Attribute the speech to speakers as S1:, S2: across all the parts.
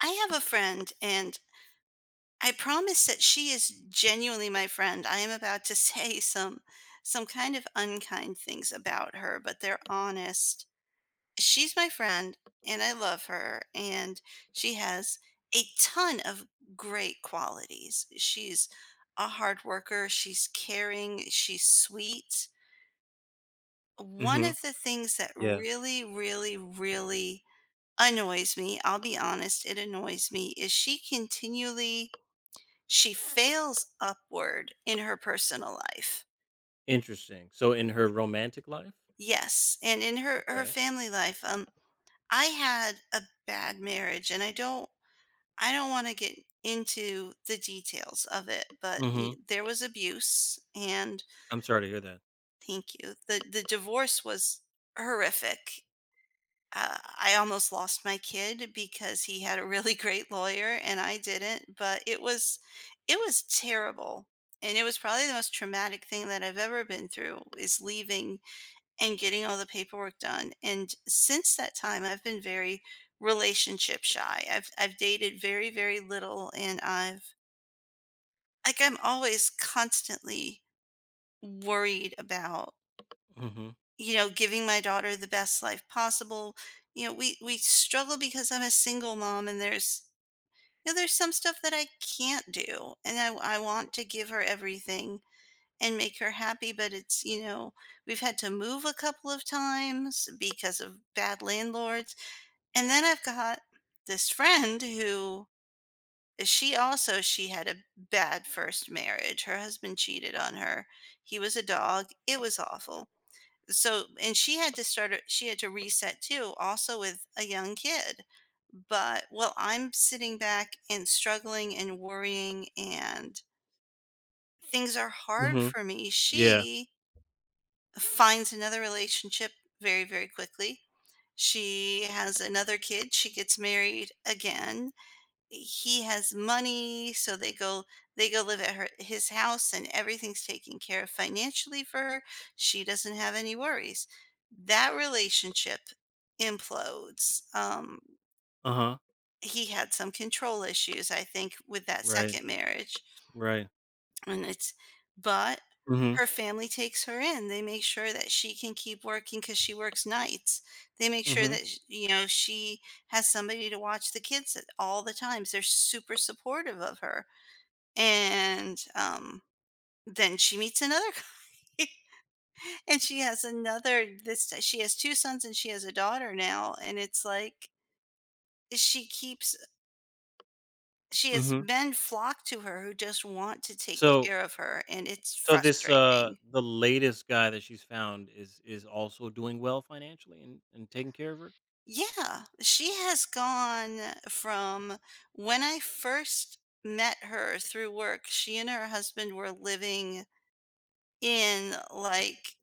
S1: I have a friend, and I promise that she is genuinely my friend. I am about to say some kind of unkind things about her, but they're honest. She's my friend, and I love her, and she has a ton of great qualities. She's a hard worker, she's caring, she's sweet. One
S2: Hmm.
S1: of the things that
S2: Yeah.
S1: really, really, really annoys me, I'll be honest, it annoys me. Is she continually She fails upward in her personal life.
S2: Interesting. So in her romantic life?
S1: Yes, and in her
S2: Okay.
S1: family life, I had a bad marriage, and I don't wanna get into the details of it, but y
S2: Hmm.
S1: there was abuse, and.
S2: I'm sorry to hear that.
S1: Thank you. The divorce was horrific. I almost lost my kid because he had a really great lawyer and I didn't, but it was terrible. And it was probably the most traumatic thing that I've ever been through is leaving and getting all the paperwork done. And since that time, I've been very relationship shy. I've dated very, very little, and I've like I'm always constantly worried about
S2: Hmm.
S1: giving my daughter the best life possible. We struggle because I'm a single mom, and there's some stuff that I can't do, and I want to give her everything and make her happy, but we've had to move a couple of times because of bad landlords. And then I've got this friend who she had a bad first marriage. Her husband cheated on her. He was a dog. It was awful, so and she had to reset too also with a young kid. But while I'm sitting back and struggling and worrying and things are hard
S2: Hmm.
S1: for me,
S2: Yeah.
S1: she finds another relationship very, very quickly. She has another kid, she gets married again, he has money, so they go live at her his house, and everything's taken care of financially for her. She doesn't have any worries. That relationship implodes. Um,
S2: Uh huh.
S1: he had some control issues, I think, with that
S2: Right.
S1: second marriage.
S2: Right.
S1: And it's but
S2: Hmm.
S1: her family takes her in. They make sure that she can keep working because she works nights. They make sure
S2: Hmm.
S1: that, she has somebody to watch the kids at all the times. They're super supportive of her, and, then she meets another guy, and she has 2 sons and she has a daughter now, and it's like, she keeps she has
S2: Hmm.
S1: men flock to her who just want to take
S2: So
S1: care of her, and it's
S2: so this
S1: frustrating.
S2: the latest guy that she's found is also doing well financially and taking care of her.
S1: Yeah, she has gone from, when I first met her through work, she and her husband were living in, like,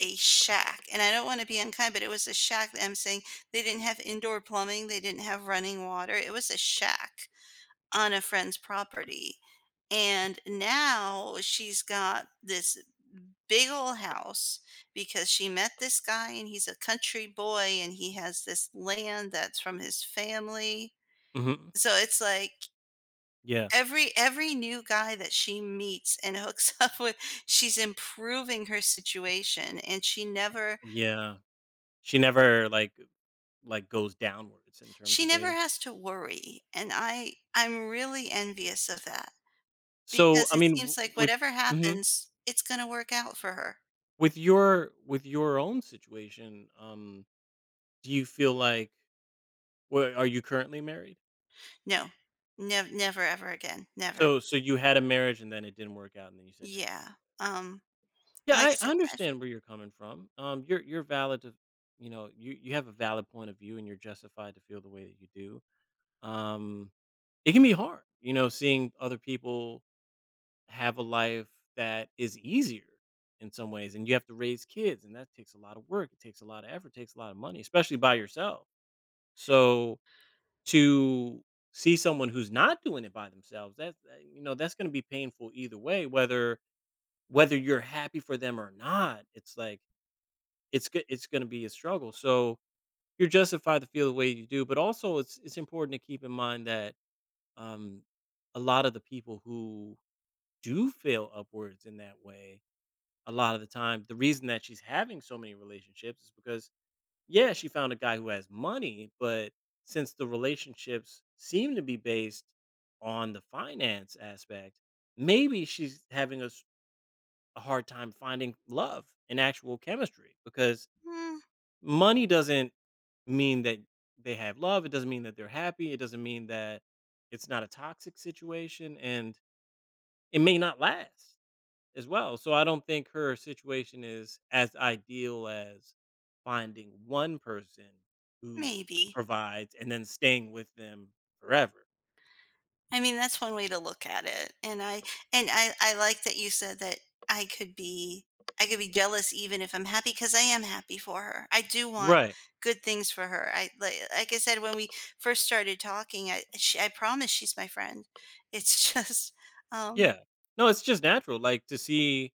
S1: a shack, and I don't wanna be unkind, but it was a shack that I'm saying they didn't have indoor plumbing, they didn't have running water, it was a shack on a friend's property. And now she's got this big old house because she met this guy, and he's a country boy, and he has this land that's from his family.
S2: Hmm.
S1: So it's like
S2: Yeah.
S1: every new guy that she meets and hooks up with, she's improving her situation, and she never
S2: Yeah. She never like like goes downwards in terms
S1: She
S2: of
S1: never
S2: dating.
S1: has to worry, and I'm really envious of that
S2: So
S1: because
S2: I
S1: it
S2: mean
S1: seems like
S2: with
S1: whatever
S2: mhm.
S1: happens, it's gonna work out for her.
S2: With your own situation. Do you feel like where are you currently married?
S1: No. Never ever again, never.
S2: So so you had a marriage and then it didn't work out and then you said never again.
S1: Yeah, um,
S2: Yeah,
S1: and like I
S2: I
S1: said,
S2: I understand where you're coming from. You're valid to, you know, you have a valid point of view and you're justified to feel the way that you do. Um, it can be hard, you know, seeing other people have a life that is easier in some ways, and you have to raise kids, and that takes a lot of work. It takes a lot of effort. Takes a lot of money, especially by yourself. So to see someone who's not doing it by themselves, that you know, that's gonna be painful either way, whether whether you're happy for them or not, it's like it's gonna be a struggle, so you're justified to feel the way you do, but also it's important to keep in mind that, um, a lot of the people who do fail upwards in that way, a lot of the time, the reason that she's having so many relationships is because yeah, she found a guy who has money, but since the relationships seem to be based on the finance aspect, maybe she's having a hard time finding love and actual chemistry because
S1: mm,
S2: money doesn't mean that they have love. It doesn't mean that they're happy. It doesn't mean that it's not a toxic situation and it may not last as well. So I don't think her situation is as ideal as finding one person who
S1: maybe.
S2: provides and then staying with them forever.
S1: I mean, that's one way to look at it. And I like that you said that I could be I could be jealous even if I'm happy because I am happy for her. I do want
S2: Right.
S1: good things for her. Like I said when we first started talking, I promise she's my friend. It's just, um
S2: Yeah. No, it's just natural like to see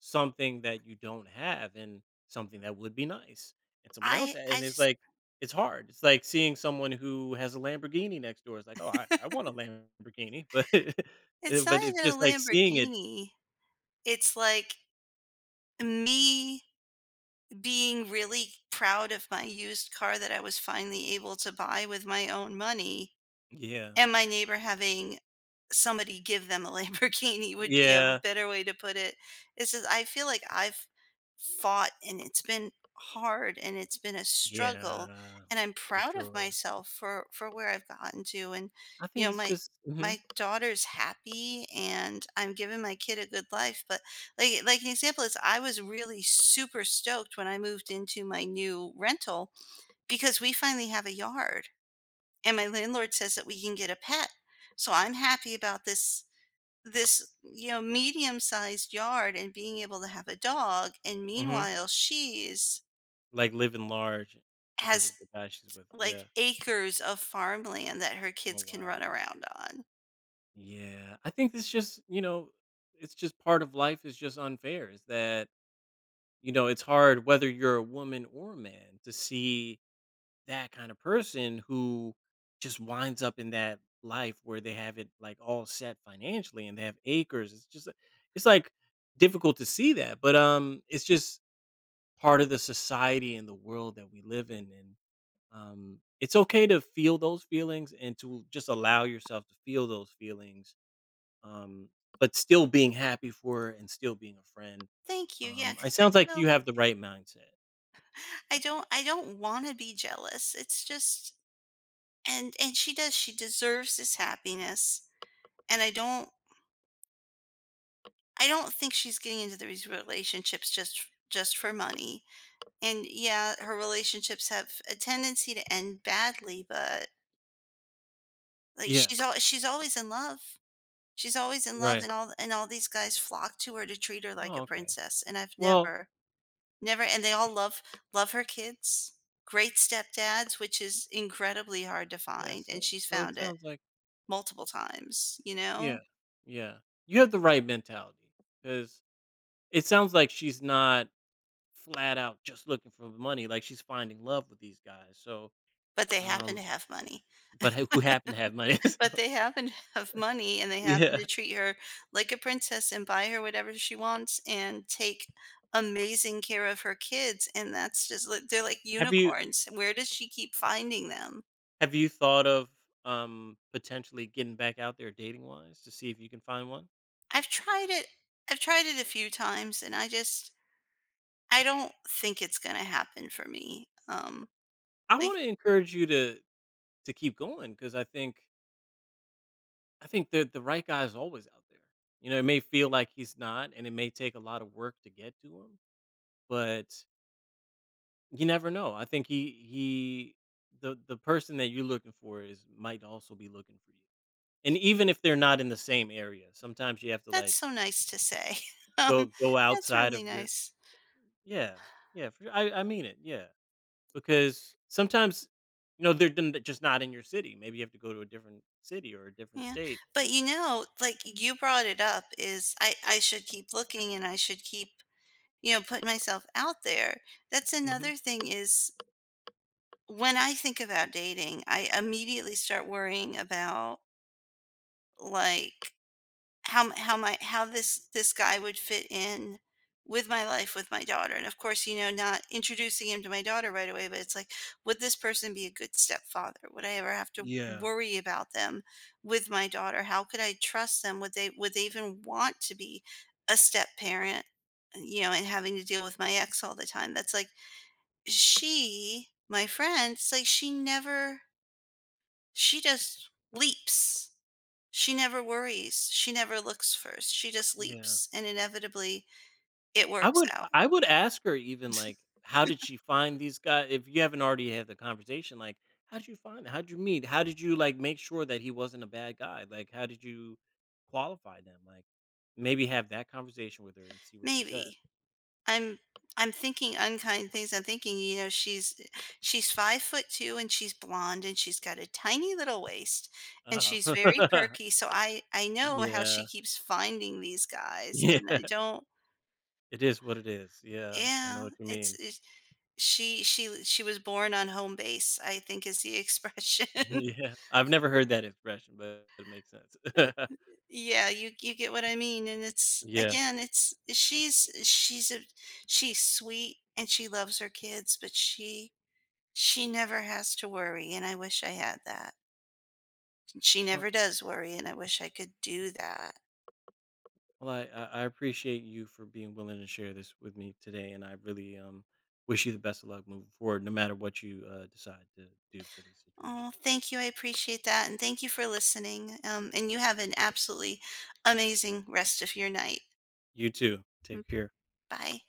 S2: something that you don't have and something that would be nice and someone else
S1: I I
S2: and it's
S1: just,
S2: like it's hard. It's like seeing someone who has a Lamborghini next door. It's like, "Oh, I want a Lamborghini." But
S1: it's not
S2: but it's
S1: even a
S2: just like seeing it.
S1: Lamborghini. It's like me being really proud of my used car that I was finally able to buy with my own money.
S2: Yeah.
S1: And my neighbor having somebody give them a Lamborghini would be a
S2: Yeah.
S1: better way to put it. It's just, I feel like I've fought and it's been hard and it's been a struggle,
S2: Yeah,
S1: and I'm
S2: for
S1: proud of
S2: sure.
S1: myself for where I've gotten to. And
S2: I
S1: you
S2: think
S1: know
S2: it's
S1: my
S2: just mhm,
S1: my daughter's happy, and I'm giving my kid a good life, but like an example is I was really super stoked when I moved into my new rental because we finally have a yard and my landlord says that we can get a pet. So I'm happy about this medium-sized yard and being able to have a dog, and
S2: mhm,
S1: meanwhile she's
S2: like living large because
S1: has
S2: of the guy she's with.
S1: like
S2: Yeah.
S1: acres of farmland that her
S2: Oh
S1: kids can run
S2: wow.
S1: around on.
S2: Yeah, I think it's just you know, it's just part of life is just unfair. Is that you know, it's hard whether you're a woman or a man to see that kind of person who just winds up in that life where they have it like all set financially and they have acres. It's just it's like difficult to see that, but it's just part of the society and the world that we live in and it's okay to feel those feelings and to just allow yourself to feel those feelings. Um but still being happy for it and still being a friend
S1: Thank you. Yeah,
S2: It
S1: cuz
S2: sounds like you have the right mindset.
S1: I don't want to be jealous. It's just, and she deserves this happiness, and I don't think she's getting into these relationships just for money. And yeah, her relationships have a tendency to end badly, but like
S2: Yeah.
S1: she's always in love. She's always in love,
S2: Right.
S1: and all these guys flock to her to treat her like
S2: Oh,
S1: a
S2: okay.
S1: princess, and I've
S2: Well,
S1: never, and they all love her kids. Great stepdads, which is incredibly hard to
S2: yeah,
S1: find,
S2: so
S1: and she's
S2: so it
S1: found it
S2: sounds like,
S1: multiple times, you know?
S2: yeah, yeah, you have the right mentality because it sounds like she's not flat out just looking for the money, like she's finding love with these guys. So
S1: But they happen to
S2: um,
S1: have money.
S2: but who happen to have money, so
S1: But they happen to have money, and they happen to
S2: yeah.
S1: treat her like a princess and buy her whatever she wants and take amazing care of her kids, and that's just like, they're like
S2: Have you
S1: unicorns. Where does she keep finding them?
S2: have you thought of, potentially getting back out there dating-wise to see if you can find one?
S1: I've tried it I've tried it a few times, and I just, I don't think it's gonna happen for me.
S2: I
S1: Like
S2: wanna encourage you to keep going because I think the right guy is always out there. You know, it may feel like he's not, and it may take a lot of work to get to him, but you never know. I think he the person that you're looking for is might also be looking for you. And even if they're not in the same area, sometimes you have to,
S1: That's
S2: like,
S1: so nice to say. Um,
S2: go
S1: that's
S2: outside
S1: really
S2: of your
S1: nice.
S2: Yeah, yeah, for sure. I mean it. Yeah, because sometimes you know they're they're just not in your city. Maybe you have to go to a different city or a different
S1: Yeah.
S2: state.
S1: But, like you brought it up, is I should keep looking, and I should keep, putting myself out there. That's
S2: Hmm.
S1: another thing is, when I think about dating, I immediately start worrying about, like, how m- how my how this guy would fit in with my life, with my daughter, and of course, not introducing him to my daughter right away, but it's like, would this person be a good stepfather? Would I ever have to
S2: Yeah,
S1: worry about them with my daughter? How could I trust them? Would they even want to be a step parent? And having to deal with my ex all the time. That's like, she, my friend, it's like she just leaps. She never worries, she never looks first, she just
S2: yeah.
S1: leaps, and inevitably, it works out.
S2: I would ask her even like, how did she find these guys? If you haven't already had the conversation, like, how did you find? It? How did you meet? How did you like make sure that he wasn't a bad guy? Like, how did you qualify them? Like, maybe have that conversation with her and see what she said.
S1: Maybe. I'm I'm thinking unkind things. I'm thinking, she's 5'2", and she's blonde, and she's got a tiny little waist, and she's very
S2: Uh,
S1: perky. So I know how she
S2: yeah,
S1: keeps finding these guys, and I
S2: yeah.
S1: don't.
S2: It is what it is. Yeah, I know
S1: Yeah,
S2: what you mean.
S1: it's she was born on home base, I think, is the expression.
S2: Yeah, I've never heard that expression, but it makes sense.
S1: Yeah, you get what I mean. And it's
S2: Yeah.
S1: again, it's she's a she's sweet and she loves her kids, but she never has to worry, and I wish I had that. She
S2: Well,
S1: never does worry, and I wish I could do that.
S2: well, I appreciate you for being willing to share this with me today, and I really wish you the best of luck moving forward, no matter what you decide to do for this situation.
S1: Oh, thank you. I appreciate that. And thank you for listening. And you have an absolutely amazing rest of your night.
S2: You too.
S1: Mm.
S2: Take care.
S1: Bye.